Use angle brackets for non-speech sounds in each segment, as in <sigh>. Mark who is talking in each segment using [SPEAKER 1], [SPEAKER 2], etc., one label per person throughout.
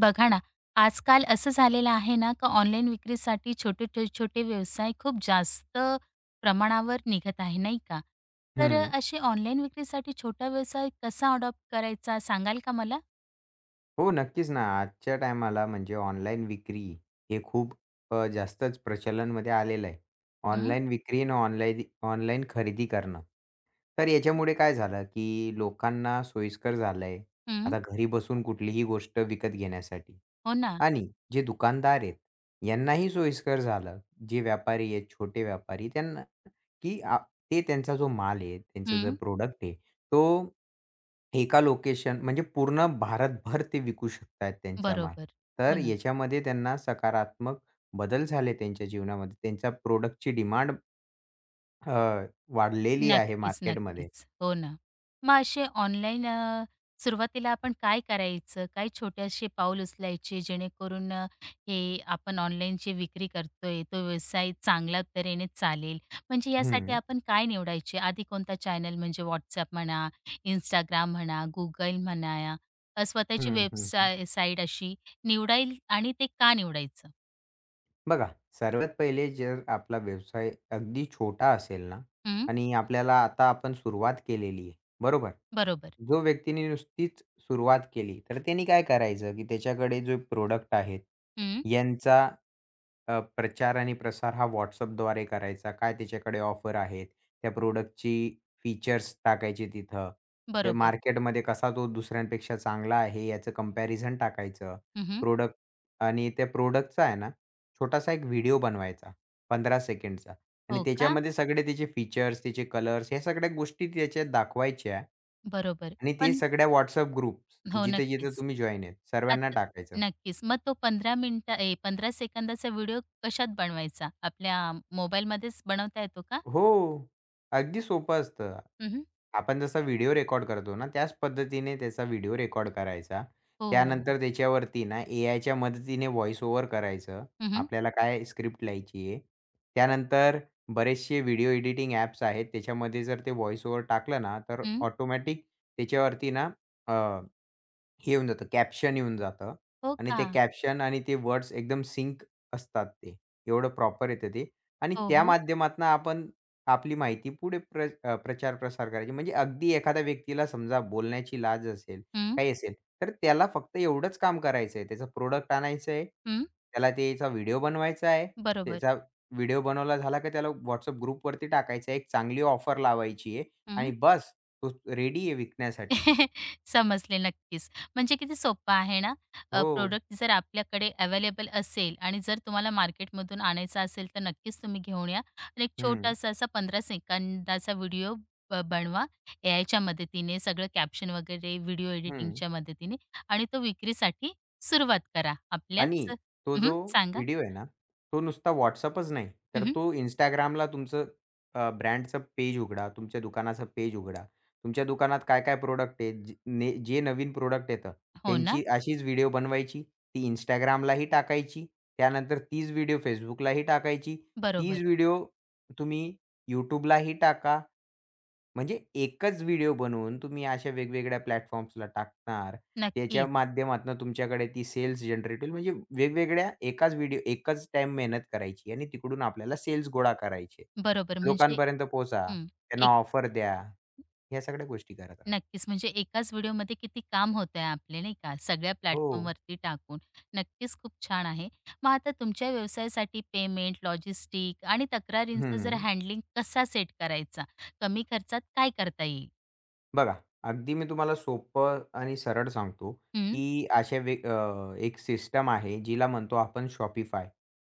[SPEAKER 1] बघा ना, आजकाल असं झालेलं आहे ना, का ऑनलाईन विक्रीसाठी छोटे व्यवसाय खूप जास्त प्रमाणावर निघत आहे, नाही का? तर
[SPEAKER 2] हं.
[SPEAKER 1] असे ऑनलाईन विक्रीसाठी छोटा व्यवसाय कसा अडॉप्ट करायचा सांगाल का मला?
[SPEAKER 2] हो, नक्कीच ना. आजच्या टायमाला म्हणजे ऑनलाईन विक्री हे खूप जास्तच प्रचलनमध्ये आलेलं आहे.
[SPEAKER 1] हं,
[SPEAKER 2] ऑनलाईन विक्री आणि ऑनलाईन ऑनलाईन खरेदी करणं. तर याच्यामुळे काय झालं, की लोकांना सोयीस्कर झालंय.
[SPEAKER 1] हं.
[SPEAKER 2] आता घरी बसून कुठलीही गोष्ट विकत घेण्यासाठी
[SPEAKER 1] हो ना.
[SPEAKER 2] आणि जे दुकानदार आहेत, यांनाही सोयीस्कर झालं. जे व्यापारी आहेत, छोटे व्यापारी त्यांना, की आ ते त्यांचा जो माल आहे, त्यांचं जे
[SPEAKER 1] हं.
[SPEAKER 2] प्रोडक्ट आहे तो एका लोकेशन म्हणजे पूर्ण भारतभर ते विकू शकतायत त्यांचा माल.
[SPEAKER 1] बरोबर. हो
[SPEAKER 2] तर
[SPEAKER 1] ना.
[SPEAKER 2] याच्यामध्ये त्यांना सकारात्मक बदल झाले त्यांच्या जीवनामध्ये. त्यांच्या प्रॉडक्टची डिमांड अ, वाढलेली आहे
[SPEAKER 1] नक्कीच,
[SPEAKER 2] मार्केटमध्ये.
[SPEAKER 1] नक्कीच. हो ना. मग असे ऑनलाईन, सुरुवातीला आपण काय करायचं? काय छोटे असे पाऊल उचलायचे जेणेकरून हे आपण ऑनलाईन जे विक्री करतोय, तो व्यवसाय चांगल्या तऱ्हेने चालेल? म्हणजे यासाठी
[SPEAKER 2] हं,
[SPEAKER 1] आपण काय निवडायचे? आधी कोणता चॅनल म्हणजे WhatsApp म्हणा, Instagram म्हणा, Google म्हणा, स्वतःची
[SPEAKER 2] हं, हं, हं.
[SPEAKER 1] साईट अशी निवडाईल आणि ते का निवडायचं?
[SPEAKER 2] बघा, सर्वात पहिले जर आपला व्यवसाय अगदी छोटा असेल ना
[SPEAKER 1] हं,
[SPEAKER 2] आणि आपल्याला आता आपण सुरुवात केलेली आहे, बरोबर?
[SPEAKER 1] बरोबर.
[SPEAKER 2] जो व्यक्तीने नुसतीच सुरुवात केली, तर त्यांनी काय करायचं, की त्याच्याकडे जे प्रॉडक्ट आहेत,
[SPEAKER 1] हं,
[SPEAKER 2] यांचा प्रचार आणि प्रसार हा WhatsAppद्वारे करायचा. काय त्याच्याकडे ऑफर आहेत? त्या प्रॉडक्टची फीचर्स टाकायचे तिथं. ते
[SPEAKER 1] बरोबर.
[SPEAKER 2] मार्केटमध्ये कसा तो दुसऱ्यांपेक्षा चांगला आहे याचं कंपॅरिझन टाकायचं.
[SPEAKER 1] हं.
[SPEAKER 2] प्रॉडक्ट आणि त्या प्रॉडक्टचा आहे ना, छोटासा एक व्हिडिओ बनवायचा 15 सेकंडचा आणि
[SPEAKER 1] हो का?
[SPEAKER 2] त्याच्यामध्ये सगळे त्याचे फीचर्स, त्याचे कलर्स ह्या सगळ्या गोष्टी त्याच्यात दाखवायच्या
[SPEAKER 1] बरोबर.
[SPEAKER 2] आणि ते
[SPEAKER 1] पण
[SPEAKER 2] सगळ्या WhatsApp ग्रुप्स
[SPEAKER 1] हो,
[SPEAKER 2] जिथे-जिथे
[SPEAKER 1] नक्कीच.
[SPEAKER 2] तुम्ही जॉइन आहेत सर्वांना
[SPEAKER 1] आत
[SPEAKER 2] टाकायचं.
[SPEAKER 1] नक्कीच. मग तो 15 मिनिटं ए 15 सेकंदाचा व्हिडिओ कशात बनवायचा? आपल्या मोबाईलमध्येच बनवता येतो का?
[SPEAKER 2] हो. अगदी सोपं असतं.
[SPEAKER 1] हं,
[SPEAKER 2] आपण जसा व्हिडिओ रेकॉर्ड करतो ना, त्याच पद्धतीने त्याचा व्हिडिओ रेकॉर्ड करायचा.
[SPEAKER 1] हो.
[SPEAKER 2] त्यानंतर त्याच्यावरती ना एआयच्या मदतीने व्हॉईस ओव्हर करायचं.
[SPEAKER 1] हं,
[SPEAKER 2] आपल्याला काय स्क्रिप्ट लिहायची आहे. त्यानंतर बरेचसे व्हिडिओ एडिटिंग ॲप्स आहेत. त्याच्यामध्ये जर ते व्हॉईस ओव्हर टाकलं ना, तर
[SPEAKER 1] हं.
[SPEAKER 2] ऑटोमॅटिक त्याच्यावरती ना हे येऊन जातं, कॅप्शन येऊन जातं
[SPEAKER 1] हो
[SPEAKER 2] आणि
[SPEAKER 1] का?
[SPEAKER 2] ते कॅप्शन आणि ते वर्ड्स एकदम सिंक असतात ते. एवढं प्रॉपर येतं ते आणि
[SPEAKER 1] हो,
[SPEAKER 2] त्या
[SPEAKER 1] हो.
[SPEAKER 2] माध्यमातनं आपण आपली माहिती पुढे प्रचार-प्रसार करायची. म्हणजे अगदी एखाद्या व्यक्तीला समजा बोलण्याची लाज असेल,
[SPEAKER 1] हं,
[SPEAKER 2] काही असेल, तर त्याला फक्त एवढंच काम करायचं आहे. त्याचं प्रोडक्ट आणायचं आहे,
[SPEAKER 1] हं.
[SPEAKER 2] त्याला त्याचा व्हिडिओ बनवायचा आहे.
[SPEAKER 1] बरोबर.
[SPEAKER 2] त्याचा व्हिडिओ बनवला झाला की त्याला WhatsApp ग्रुपवरती टाकायचा आहे. एक चांगली ऑफर लावायची आहे
[SPEAKER 1] हं.
[SPEAKER 2] आणि बस तो रेडी आहे विकण्यासाठी.
[SPEAKER 1] <laughs> समजले नक्कीच. म्हणजे किती सोप्पं आहे ना.
[SPEAKER 2] हो.
[SPEAKER 1] प्रोडक्ट जर आपल्याकडे अवेलेबल असेल आणि जर तुम्हाला मार्केटमधून आणायचा असेल, तर नक्कीच तुम्ही घेऊन या. आणि एक
[SPEAKER 2] हं.
[SPEAKER 1] छोटासा असा 15 सेकंदाचा व्हिडिओ बनवा एआयच्या मदतीने, सगळं कॅप्शन वगैरे व्हिडिओ
[SPEAKER 2] हं.
[SPEAKER 1] एडिटिंगच्या मदतीने आणि तो विक्रीसाठी सुरुवात करा. आपल्याच
[SPEAKER 2] आणि तो
[SPEAKER 1] हं,
[SPEAKER 2] जो
[SPEAKER 1] सांगा.
[SPEAKER 2] व्हिडिओ आहे ना, तो नुसता WhatsAppच नाही, तर
[SPEAKER 1] हं,
[SPEAKER 2] तो Instagramला तुमचं ब्रँडचं पेज उघडा, तुमच्या दुकानाचं पेज उघडा. तुमच्या दुकानात काय-काय प्रॉडक्ट आहेत, जे नवीन प्रॉडक्ट येतं,
[SPEAKER 1] हो ना.
[SPEAKER 2] त्यांची अशीच व्हिडिओ बनवायची, ती Instagramलाही टाकायची. त्यानंतर तीच व्हिडिओ Facebookलाही टाकायची.
[SPEAKER 1] बरोबर.
[SPEAKER 2] तीच व्हिडिओ तुम्ही YouTubeलाही टाका. म्हणजे एकच व्हिडिओ बनवून तुम्ही अशा वेगवेगळ्या प्लॅटफॉर्म्सला टाकणार. त्याच्या
[SPEAKER 1] नक्कीच.
[SPEAKER 2] माध्यमातून तुमच्याकडे ती सेल्स जनरेट होईल. म्हणजे वेगवेगळ्या एकाच व्हिडिओ एकाच टाईम मेहनत करायची आणि तिकडून आपल्याला सेल्स गोळा करायचे.
[SPEAKER 1] बरोबर म्हणजे
[SPEAKER 2] लोकांपर्यंत पोहचा,
[SPEAKER 1] हं.
[SPEAKER 2] त्यांना ऑफर द्या, ह्या सगळ्या गोष्टी करत राहा.
[SPEAKER 1] नक्कीच. म्हणजे एकाच व्हिडिओमध्ये किती काम होतंय आपले, नाही का? सगळ्या
[SPEAKER 2] हो.
[SPEAKER 1] प्लॅटफॉर्मवरती टाकून. नक्कीच खूप छान आहे. मग आता तुमच्या व्यवसायासाठी पेमेंट, लॉजिस्टिक आणि तक्रारींचं जर
[SPEAKER 2] हं.
[SPEAKER 1] हँडलिंग कसा सेट करायचा? कमी खर्चात काय करता येईल?
[SPEAKER 2] बघा, अगदी मी तुम्हाला सोपं आणि सरळ सांगतो,
[SPEAKER 1] हं.
[SPEAKER 2] की एक सिस्टम आहे, जिला म्हणतो आपण Shopify.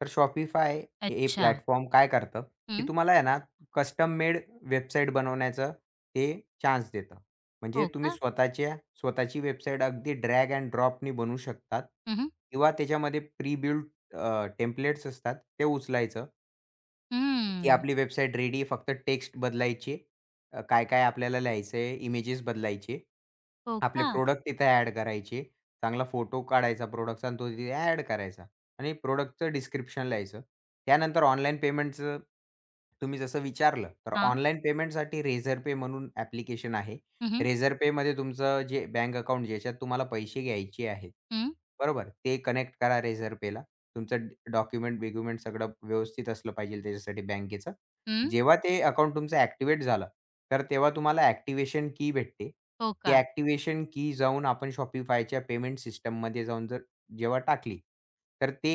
[SPEAKER 2] तर Shopify हे
[SPEAKER 1] अच्छा.
[SPEAKER 2] प्लॅटफॉर्म काय करतं, की
[SPEAKER 1] हं.
[SPEAKER 2] तुम्हाला आहे ना कस्टम मेड वेबसाईट बनवण्याचं ते चान्स देतं. म्हणजे
[SPEAKER 1] हो
[SPEAKER 2] तुम्ही
[SPEAKER 1] का?
[SPEAKER 2] स्वतःची वेबसाईट अगदी ड्रॅग एंड ड्रॉपनी बनवू शकतात
[SPEAKER 1] हं, हं.
[SPEAKER 2] किंवा त्याच्यामध्ये प्री बिल्ट टेम्पलेट्स असतात, ते उचलायचं. ती आपली वेबसाईट रेडी फक्त टेक्स्ट बदलायचे. काय-काय आपल्याला लिहायचंय, इमेजेस बदलायचे.
[SPEAKER 1] हो
[SPEAKER 2] आपले
[SPEAKER 1] का?
[SPEAKER 2] प्रॉडक्ट तिथे ॲड करायचे. चांगला फोटो काढायचा प्रॉडक्टचा आणि तो तिथे ॲड करायचा आणि प्रॉडक्टचं डिस्क्रिप्शन लिहायचं. त्यानंतर ऑनलाईन पेमेंटचं तुम्ही जसं विचारलं, तर
[SPEAKER 1] हां.
[SPEAKER 2] ऑनलाईन पेमेंटसाठी Razorpay म्हणून ॲप्लिकेशन आहे.
[SPEAKER 1] हं, हं.
[SPEAKER 2] Razorpayमध्ये तुमचं जे बँक अकाउंट ज्याच्यात तुम्हाला पैसे घ्यायचे आहेत,
[SPEAKER 1] हं.
[SPEAKER 2] बरोबर? ते कनेक्ट करा Razorpayला. तुमचं डॉक्युमेंट-बिक्युमेंट सगळं व्यवस्थित असलं पाहिजे त्याच्यासाठी बँकेचं. जेव्हा ते अकाउंट तुमचं ॲक्टिव्हेट झालं, तर तेव्हा तुम्हाला ॲक्टिव्हेशन की भेटते.
[SPEAKER 1] हो
[SPEAKER 2] ती
[SPEAKER 1] का?
[SPEAKER 2] ॲक्टिव्हेशन की जाऊन आपण Shopifyच्या पेमेंट सिस्टममध्ये जाऊन जेव्हा टाकली, तर ते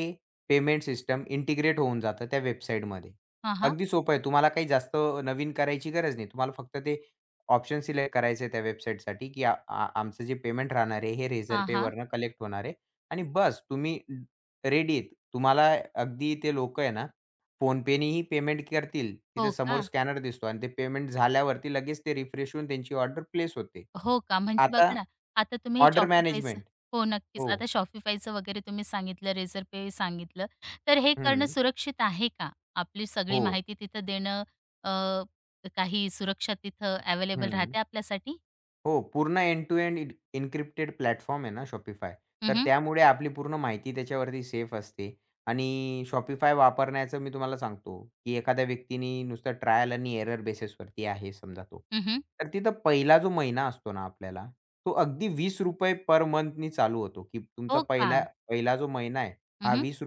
[SPEAKER 2] पेमेंट सिस्टम इंटिग्रेट होऊन जातं त्या वेबसाईटमध्ये.
[SPEAKER 1] हां, हां.
[SPEAKER 2] अगदी सोपं आहे. तुम्हाला काही जास्त नवीन करायची गरज नाही. तुम्हाला फक्त ते ऑप्शन सिलेक्ट करायचं आहे त्या वेबसाईटसाठी, की आ आ आमचं जे पेमेंट राहणार आहे, हे
[SPEAKER 1] हां,
[SPEAKER 2] Razorpay
[SPEAKER 1] हां.
[SPEAKER 2] वरनं कलेक्ट होणार आहे आणि बस तुम्ही रेडी आहेत. तुम्हाला अगदी ते लोकं आहे ना फोनपेनेही पेमेंट करतील,
[SPEAKER 1] हो
[SPEAKER 2] तिथे समोर
[SPEAKER 1] का?
[SPEAKER 2] स्कॅनर दिसतो आणि ते पेमेंट झाल्यावरती लगेच ते रिफ्रेश होऊन त्यांची ऑर्डर प्लेस होते.
[SPEAKER 1] हो का? म्हणजे बघा
[SPEAKER 2] आता
[SPEAKER 1] ना, आता तुम्ही
[SPEAKER 2] ऑर्डर
[SPEAKER 1] Shopifyचं
[SPEAKER 2] मॅनेजमेंट.
[SPEAKER 1] हो, नक्कीच. आता
[SPEAKER 2] हो.
[SPEAKER 1] Shopifyचं वगैरे तुम्ही सांगितलं, रेझर पे सांगितलं. तर हे करणं
[SPEAKER 2] हं.
[SPEAKER 1] सुरक्षित आहे का? आपली सगळी
[SPEAKER 2] हो.
[SPEAKER 1] माहिती तिथं देणं अ, काही सुरक्षा तिथं अवेलेबल
[SPEAKER 2] हं.
[SPEAKER 1] राहते आपल्यासाठी?
[SPEAKER 2] हो, पूर्ण end to end in encrypted platform आहे ना Shopify.
[SPEAKER 1] हं,
[SPEAKER 2] तर
[SPEAKER 1] हं.
[SPEAKER 2] त्यामुळे आपली पूर्ण माहिती त्याच्यावरती सेफ असते आणि Shopify वापरण्याचं मी तुम्हाला सांगतो, की एखाद्या व्यक्तीने नुसतं ट्रायल आणि एरर बेसिसवरती आहे समजा तो. तर तिथं पहिला जो महिना असतो ना आपल्याला, तो अगदी ₹20 पर मंथनी चालू होतो, की तुमचा
[SPEAKER 1] हो का?
[SPEAKER 2] पहिला पहिला जो महिना आहे,
[SPEAKER 1] हं,
[SPEAKER 2] हा
[SPEAKER 1] हं.
[SPEAKER 2] ₹20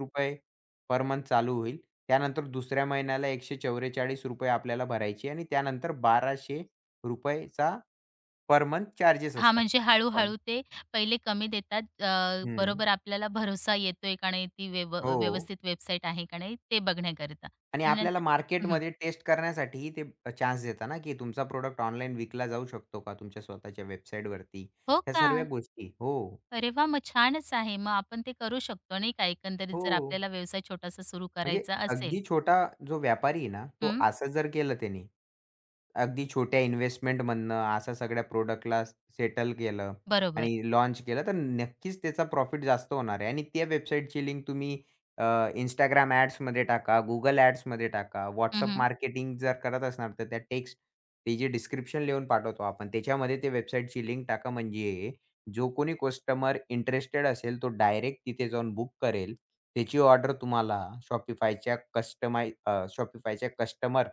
[SPEAKER 2] पर मंथ चालू होईल. त्यानंतर दुसऱ्या महिन्याला ₹144 आपल्याला भरायचे आणि त्यानंतर ₹1200 चा पर मंथ चार्जेस
[SPEAKER 1] हां,
[SPEAKER 2] असतात.
[SPEAKER 1] म्हणजे
[SPEAKER 2] पण
[SPEAKER 1] हळू ते पहिले कमी देतात.
[SPEAKER 2] हं.
[SPEAKER 1] बरोबर आपल्याला भरोसा येतोय का नाही, ती
[SPEAKER 2] हो.
[SPEAKER 1] व्यवस्थित वेबसाईट आहे का नाही, ते बघण्याकरिता
[SPEAKER 2] आणि
[SPEAKER 1] आणि
[SPEAKER 2] आपल्याला
[SPEAKER 1] नंतर हं,
[SPEAKER 2] मार्केटमध्ये टेस्ट करण्यासाठी ते चान्स देता ना, की तुमचा प्रोड़क्ट ऑनलाईन विकला जाऊ शकतो का तुमच्या स्वतःच्या वेबसाईटवरती?
[SPEAKER 1] हो
[SPEAKER 2] ह्या
[SPEAKER 1] का?
[SPEAKER 2] सर्व गोष्टी. हो.
[SPEAKER 1] अरे वाह! मग छानच आहे. मग आपण ते करू शकतो नाही का, एकंदरीत
[SPEAKER 2] हो.
[SPEAKER 1] जर आपल्याला व्यवसाय छोटासा सुरू
[SPEAKER 2] म्हणजे
[SPEAKER 1] करायचा असेल.
[SPEAKER 2] अगदी छोटा जो व्यापारी आहे ना, तो
[SPEAKER 1] हं,
[SPEAKER 2] असं जर केलं त्याने अगदी छोट्या इन्व्हेस्टमेंटमधनं अशा सगळ्या प्रॉडक्टला सेटल केलं
[SPEAKER 1] बरोबर.
[SPEAKER 2] आणि लॉन्च केलं, तर नक्कीच त्याचा प्रॉफिट जास्त होणार आहे आणि त्या वेबसाईटची लिंक तुम्ही Instagram ॲड्समध्ये टाका, Google ॲड्समध्ये टाका,
[SPEAKER 1] हं,
[SPEAKER 2] WhatsApp
[SPEAKER 1] हं.
[SPEAKER 2] मार्केटिंग जर करत असणार, तर त्या टेक्स्ट ते जे डिस्क्रिप्शन लिहून पाठवतो आपण, त्याच्यामध्ये ते वेबसाईटची लिंक टाका. म्हणजे जो कोणी कस्टमर इंटरेस्टेड असेल, तो डायरेक्ट तिथे जाऊन बुक करेल. त्याची ऑर्डर तुम्हाला Shopifyच्या कस्टमर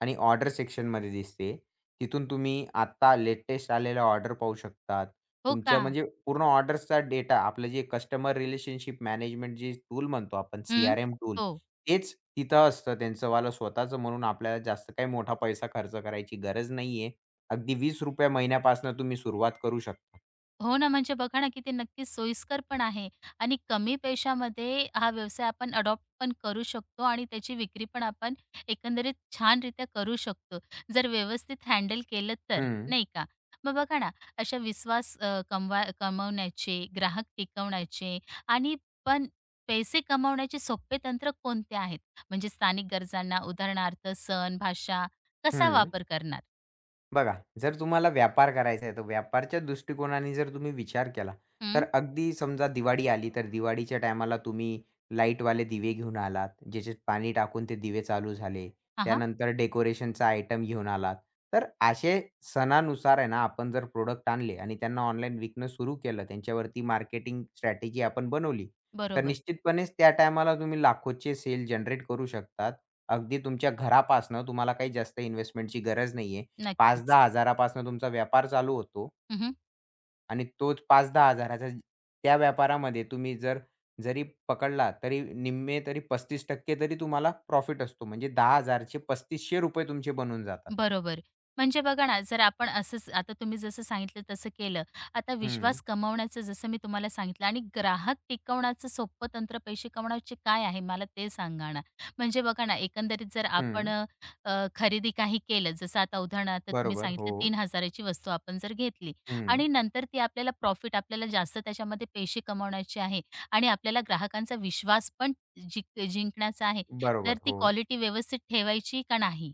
[SPEAKER 2] आणि ऑर्डर सेक्शनमध्ये दिसते. तिथून तुम्ही आत्ता लेटेस्ट आलेल्या ऑर्डर पाहू शकतात.
[SPEAKER 1] हो का?
[SPEAKER 2] तुमच्या म्हणजे पूर्ण ऑर्डर्सचा डेटा आपलं जे कस्टमर रिलेशनशिप मॅनेजमेंट जे टूल म्हणतो आपण
[SPEAKER 1] हं.
[SPEAKER 2] CRM टूल
[SPEAKER 1] हो.
[SPEAKER 2] तेच तिथं असतं त्यांचंवालं स्वतःचं म्हणून आपल्याला जास्त काही मोठा पैसा खर्च करायची गरज नाहीये. अगदी ₹20 महिन्यापासून तुम्ही सुरुवात करू शकता.
[SPEAKER 1] हो ना, म्हणजे बघा ना, की ते नक्कीच सोयीस्कर पण आहे आणि कमी पैशामध्ये हा व्यवसाय आपण अडॉप्ट पण करू शकतो आणि त्याची विक्री पण आपण एकंदरीत छानरीत्या करू शकतो, जर व्यवस्थित हँडल केलं तर,
[SPEAKER 2] हं,
[SPEAKER 1] नाही का? मग बघा ना, अशा विश्वास कमवण्याचे, ग्राहक टिकवण्याचे आणि पण पैसे कमावण्याचे सोपे तंत्र कोणते आहेत? म्हणजे स्थानिक गरजांना, उदाहरणार्थ सण, भाषा कसा
[SPEAKER 2] हं.
[SPEAKER 1] वापर करणार?
[SPEAKER 2] बघा, जर तुम्हाला व्यापार करायचा आहे, तर व्यापारच्या दृष्टिकोनाने जर तुम्ही विचार केला,
[SPEAKER 1] हं.
[SPEAKER 2] तर अगदी समजा दिवाळी आली, तर दिवाळीच्या टायमाला तुम्ही लाईटवाले दिवे घेऊन आलात, ज्याच्यात पाणी टाकून ते दिवे चालू झाले.
[SPEAKER 1] हां, हां.
[SPEAKER 2] त्यानंतर डेकोरेशनचा आयटम घेऊन आलात. तर असे सणानुसार आहे ना, आपण जर प्रॉडक्ट आणले आणि त्यांना ऑनलाईन विकणं सुरू केलं, त्यांच्यावरती मार्केटिंग स्ट्रॅटेजी आपण बनवली, तर
[SPEAKER 1] बरोबर.
[SPEAKER 2] निश्चितपणेच त्या टायमाला तुम्ही लाखोचे सेल जनरेट करू शकतात. अगदी तुमच्या घरापासनं तुम्हाला काही जास्त इन्व्हेस्टमेंटची गरज नाहीये.
[SPEAKER 1] नक्कीच.
[SPEAKER 2] 5,000-10,000 तुमचा व्यापार चालू होतो आणि तोच 5,000-10,000 चा त्या व्यापारामध्ये तुम्ही जर जरी पकडला तरी निम्मे तरी 35% तरी तुम्हाला प्रॉफिट असतो. म्हणजे 10,000 चे ₹3500 तुमचे बनून जातात.
[SPEAKER 1] बरोबर. म्हणजे बघा ना, जर आपण असंच आता तुम्ही जसं सांगितलं तसं केलं. आता
[SPEAKER 2] हं,
[SPEAKER 1] विश्वास कमावण्याचं जसं मी तुम्हाला सांगितलं आणि ग्राहक टिकवण्याचं सोपं तंत्र पैसे कमवण्याचे काय आहे मला ते सांगा ना? म्हणजे बघा ना, एकंदरीत जर आपण
[SPEAKER 2] हं.
[SPEAKER 1] अ, खरेदी काही केलं, जसं आता उदाहरणार्थ तुम्ही
[SPEAKER 2] बरोबर. हो.
[SPEAKER 1] सांगितलं 3,000 ची वस्तू आपण जर घेतली
[SPEAKER 2] हं.
[SPEAKER 1] आणि नंतर ती आपल्याला प्रॉफिट आपल्याला जास्त त्याच्यामध्ये पैसे कमवण्याचे आहे आणि आपल्याला ग्राहकांचा विश्वास पण जिंकण्याचा आहे. तर
[SPEAKER 2] बरोबर.
[SPEAKER 1] ती
[SPEAKER 2] हो.
[SPEAKER 1] क्वालिटी व्यवस्थित ठेवायची का नाही?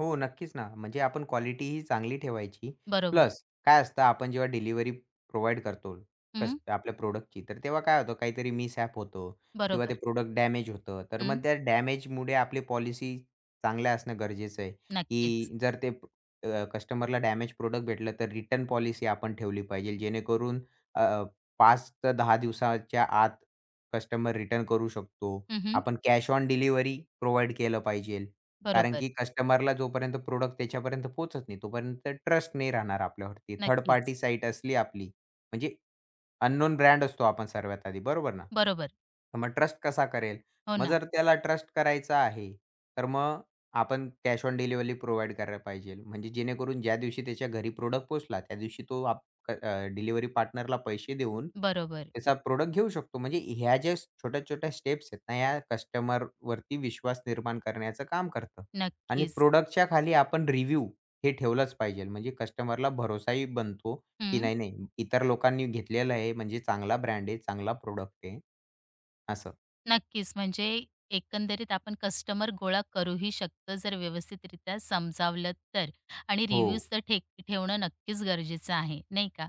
[SPEAKER 2] हो, नक्कीच ना. म्हणजे आपण क्वालिटी ही चांगली ठेवायची.
[SPEAKER 1] बरोबर.
[SPEAKER 2] प्लस काय असतं आपण जेव्हा डिलिव्हरी प्रोव्हाईड करतो कस
[SPEAKER 1] हं,
[SPEAKER 2] आपल्या प्रॉडक्टची, तर तेव्हा काय होतं काहीतरी मिसहॅप होतो किंवा ते
[SPEAKER 1] बरोबर.
[SPEAKER 2] प्रॉडक्ट डॅमेज होतं. तर
[SPEAKER 1] हं,
[SPEAKER 2] मग त्या डॅमेजमुळे आपली पॉलिसी चांगल्या असणं गरजेचं आहे,
[SPEAKER 1] नक्कीच.
[SPEAKER 2] की जर ते कस्टमरला डॅमेज प्रॉडक्ट भेटलं तर रिटर्न पॉलिसी आपण ठेवली पाहिजे. जेणेकरून अ, 5 ते 10 दिवसाच्या आत कस्टमर रिटर्न करू शकतो.
[SPEAKER 1] हं, हं.
[SPEAKER 2] आपण कॅश ऑन डिलिव्हरी प्रोव्हाईड केलं पाहिजे. कारण
[SPEAKER 1] बरोबर.
[SPEAKER 2] की कस्टमरला जोपर्यंत प्रोडक्ट त्याच्यापर्यंत पोहोचत नाही, तोपर्यंत ट्रस्ट नाही राहणार आपल्यावरती. थर्ड
[SPEAKER 1] नक्कीच.
[SPEAKER 2] पार्टी साईट असली आपली म्हणजे अननोन ब्रँड असतो आपण सर्वात आधी, बरोबर ना?
[SPEAKER 1] बरोबर.
[SPEAKER 2] तर मग ट्रस्ट कसा करेल?
[SPEAKER 1] हो
[SPEAKER 2] मग
[SPEAKER 1] ना.
[SPEAKER 2] जर त्याला ट्रस्ट करायचा आहे, तर मग आपण कॅश ऑन डिलिव्हरी प्रोव्हाईड करायला पाहिजे. म्हणजे जेणेकरून ज्या दिवशी त्याच्या घरी प्रॉडक्ट पोहोचला, त्या दिवशी तो डिलिव्हरी पार्टनरला पैसे देऊन
[SPEAKER 1] बरोबर.
[SPEAKER 2] त्याचा प्रॉडक्ट घेऊ शकतो. म्हणजे ह्या ज्या छोट्या-छोट्या स्टेप्स आहेत ना, ह्या कस्टमरवरती विश्वास निर्माण करण्याचं काम करतं. आणि
[SPEAKER 1] नक्कीच.
[SPEAKER 2] प्रॉडक्टच्या खाली आपण रिव्ह्यू हे ठेवलंच पाहिजे. म्हणजे कस्टमरला भरोसाही बनतो की
[SPEAKER 1] हं,
[SPEAKER 2] नाही, नाही. इतर लोकांनी घेतलेलं आहे म्हणजे चांगला ब्रँड आहे, चांगला प्रॉडक्ट आहे असं.
[SPEAKER 1] नक्कीच. म्हणजे एकंदरीत आपण कस्टमर गोळा करूही शकतो जर व्यवस्थितरित्या समजावलं तर. आणि
[SPEAKER 2] हो.
[SPEAKER 1] रिव्ह्यूज तर ठेवणं नक्कीच गरजेचं आहे, नाही का?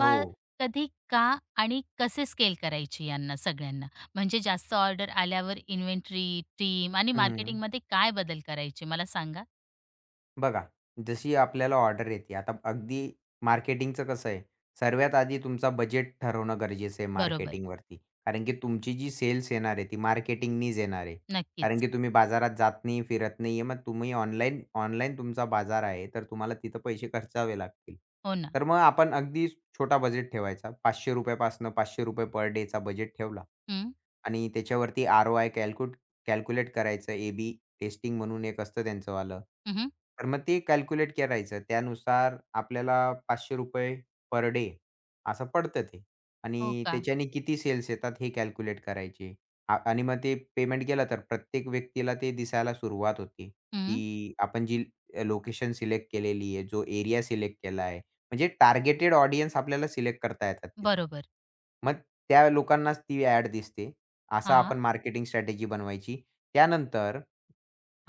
[SPEAKER 2] हो.
[SPEAKER 1] कधी, का आणि कसे स्केल करायचे यांना सगळ्यांना? म्हणजे जास्त ऑर्डर आल्यावर इन्व्हेंटरी, टीम आणि
[SPEAKER 2] हं.
[SPEAKER 1] मार्केटिंगमध्ये काय बदल करायचे मला सांगा?
[SPEAKER 2] बघा, जशी आपल्याला ऑर्डर येते. आता अगदी मार्केटिंगचं कसं आहे, सर्वात आधी तुमचा बजेट ठरवणं गरजेचं आहे
[SPEAKER 1] बरोबर.
[SPEAKER 2] मार्केटिंगवरती. कारण की तुमची जी सेल्स येणार आहे, ती मार्केटिंगनीच येणार आहे. कारण
[SPEAKER 1] नक्कीच.
[SPEAKER 2] की तुम्ही बाजारात जात नाही, फिरत नाही आहे. मग तुम्ही ऑनलाईन ऑनलाईन तुमचा बाजार आहे, तर तुम्हाला तिथं पैसे खर्चावे लागतील.
[SPEAKER 1] हो ना.
[SPEAKER 2] तर मग आपण अगदी छोटा बजेट ठेवायचा ₹500 पासनं ₹500 पर डेचा बजेट ठेवला.
[SPEAKER 1] हं,
[SPEAKER 2] आणि त्याच्यावरती ROI कॅल्क्युलेट करायचं. A/B टेस्टिंग म्हणून एक असतं त्यांचंवालं.
[SPEAKER 1] हं,
[SPEAKER 2] तर मग ते कॅल्क्युलेट करायचं. त्यानुसार आपल्याला ₹500 पर डे असं पडतं ते.
[SPEAKER 1] हो
[SPEAKER 2] आणि
[SPEAKER 1] का?
[SPEAKER 2] त्याच्याने किती सेल्स येतात हे कॅल्क्युलेट करायचे. आणि मग ते पेमेंट गेलं तर प्रत्येक व्यक्तीला ते दिसायला सुरुवात होते,
[SPEAKER 1] हं.
[SPEAKER 2] की आपण जी लोकेशन सिलेक्ट केलेली आहे, जो एरिया सिलेक्ट केला आहे. म्हणजे टार्गेटेड ऑडियन्स आपल्याला सिलेक्ट करता येतात तिथं.
[SPEAKER 1] बरोबर.
[SPEAKER 2] मग त्या लोकांनाच ती ॲड दिसते. असं
[SPEAKER 1] हां,
[SPEAKER 2] आपण मार्केटिंग स्ट्रॅटेजी बनवायची. त्यानंतर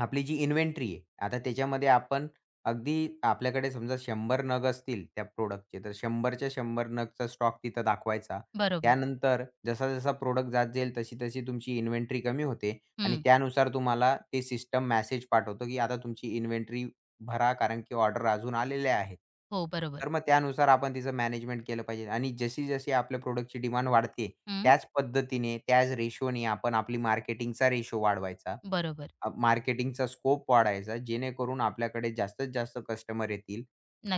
[SPEAKER 2] आपली जी इन्व्हेंटरी आहे. आता त्याच्यामध्ये आपण अगदी आपल्याकडे समजा 100 नग असतील त्या प्रॉडक्टचे, तर 100च्या 100 नगचा स्टॉक तिथं दाखवायचा.
[SPEAKER 1] बरोबर.
[SPEAKER 2] त्यानंतर जसा-जसा प्रॉडक्ट जात जाईल, तशी-तशी तुमची इन्व्हेंटरी कमी होते आणि
[SPEAKER 1] हं.
[SPEAKER 2] त्यानुसार तुम्हाला ते सिस्टम मेसेज पाठवतो, की आता तुमची इन्व्हेंटरी भरा, कारण की ऑर्डर अजून आलेल्या आहेत.
[SPEAKER 1] हो, बरोबर.
[SPEAKER 2] तर मग त्यानुसार आपण तिचं मॅनेजमेंट केलं पाहिजे आणि जशी-जशी आपल्या प्रॉडक्टची डिमांड वाढते,
[SPEAKER 1] हं.
[SPEAKER 2] त्याच पद्धतीने, त्याच रेशोने आपण आपली मार्केटिंगचा रेशो वाढवायचा.
[SPEAKER 1] बरोबर.
[SPEAKER 2] मार्केटिंगचा स्कोप वाढायचा, जेणेकरून आपल्याकडे जास्तीत जास्त कस्टमर येतील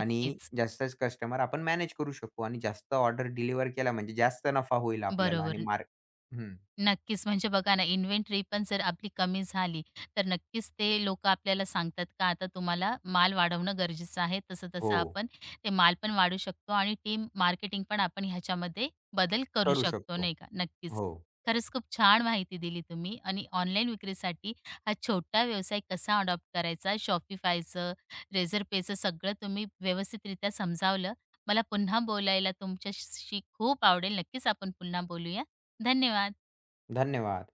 [SPEAKER 2] आणि जास्तच कस्टमर आपण मॅनेज करू शकू आणि जास्त ऑर्डर डिलिव्हर केला म्हणजे जास्त नफा होईल आपल्याला आणि
[SPEAKER 1] बरोबर.
[SPEAKER 2] हं.
[SPEAKER 1] नक्कीच. म्हणजे बघा ना, इन्व्हेंटरी पण जर आपली कमी झाली, तर नक्कीच ते लोकं आपल्याला सांगतात का आता तुम्हाला माल वाढवणं गरजेचं आहे.
[SPEAKER 2] हो,
[SPEAKER 1] तसं-तसं आपण ते माल पण वाढू शकतो आणि टीम मार्केटिंग पण आपण ह्याच्यामध्ये बदल करू
[SPEAKER 2] करू
[SPEAKER 1] शकतो,
[SPEAKER 2] शकतो.
[SPEAKER 1] नाही का? नक्कीच.
[SPEAKER 2] हो,
[SPEAKER 1] खरंच खूप छान माहिती दिली तुम्ही आणि ऑनलाईन विक्रीसाठी हा छोटा व्यवसाय कसा अडॉप्ट करायचा, Shopifyचं, Razorpayचं सगळं तुम्ही व्यवस्थितरित्या समजावलं. मला पुन्हा बोलायला तुमच्याशी खूप आवडेल. नक्कीच आपण पुन्हा बोलूया. धन्यवाद.
[SPEAKER 2] धन्यवाद.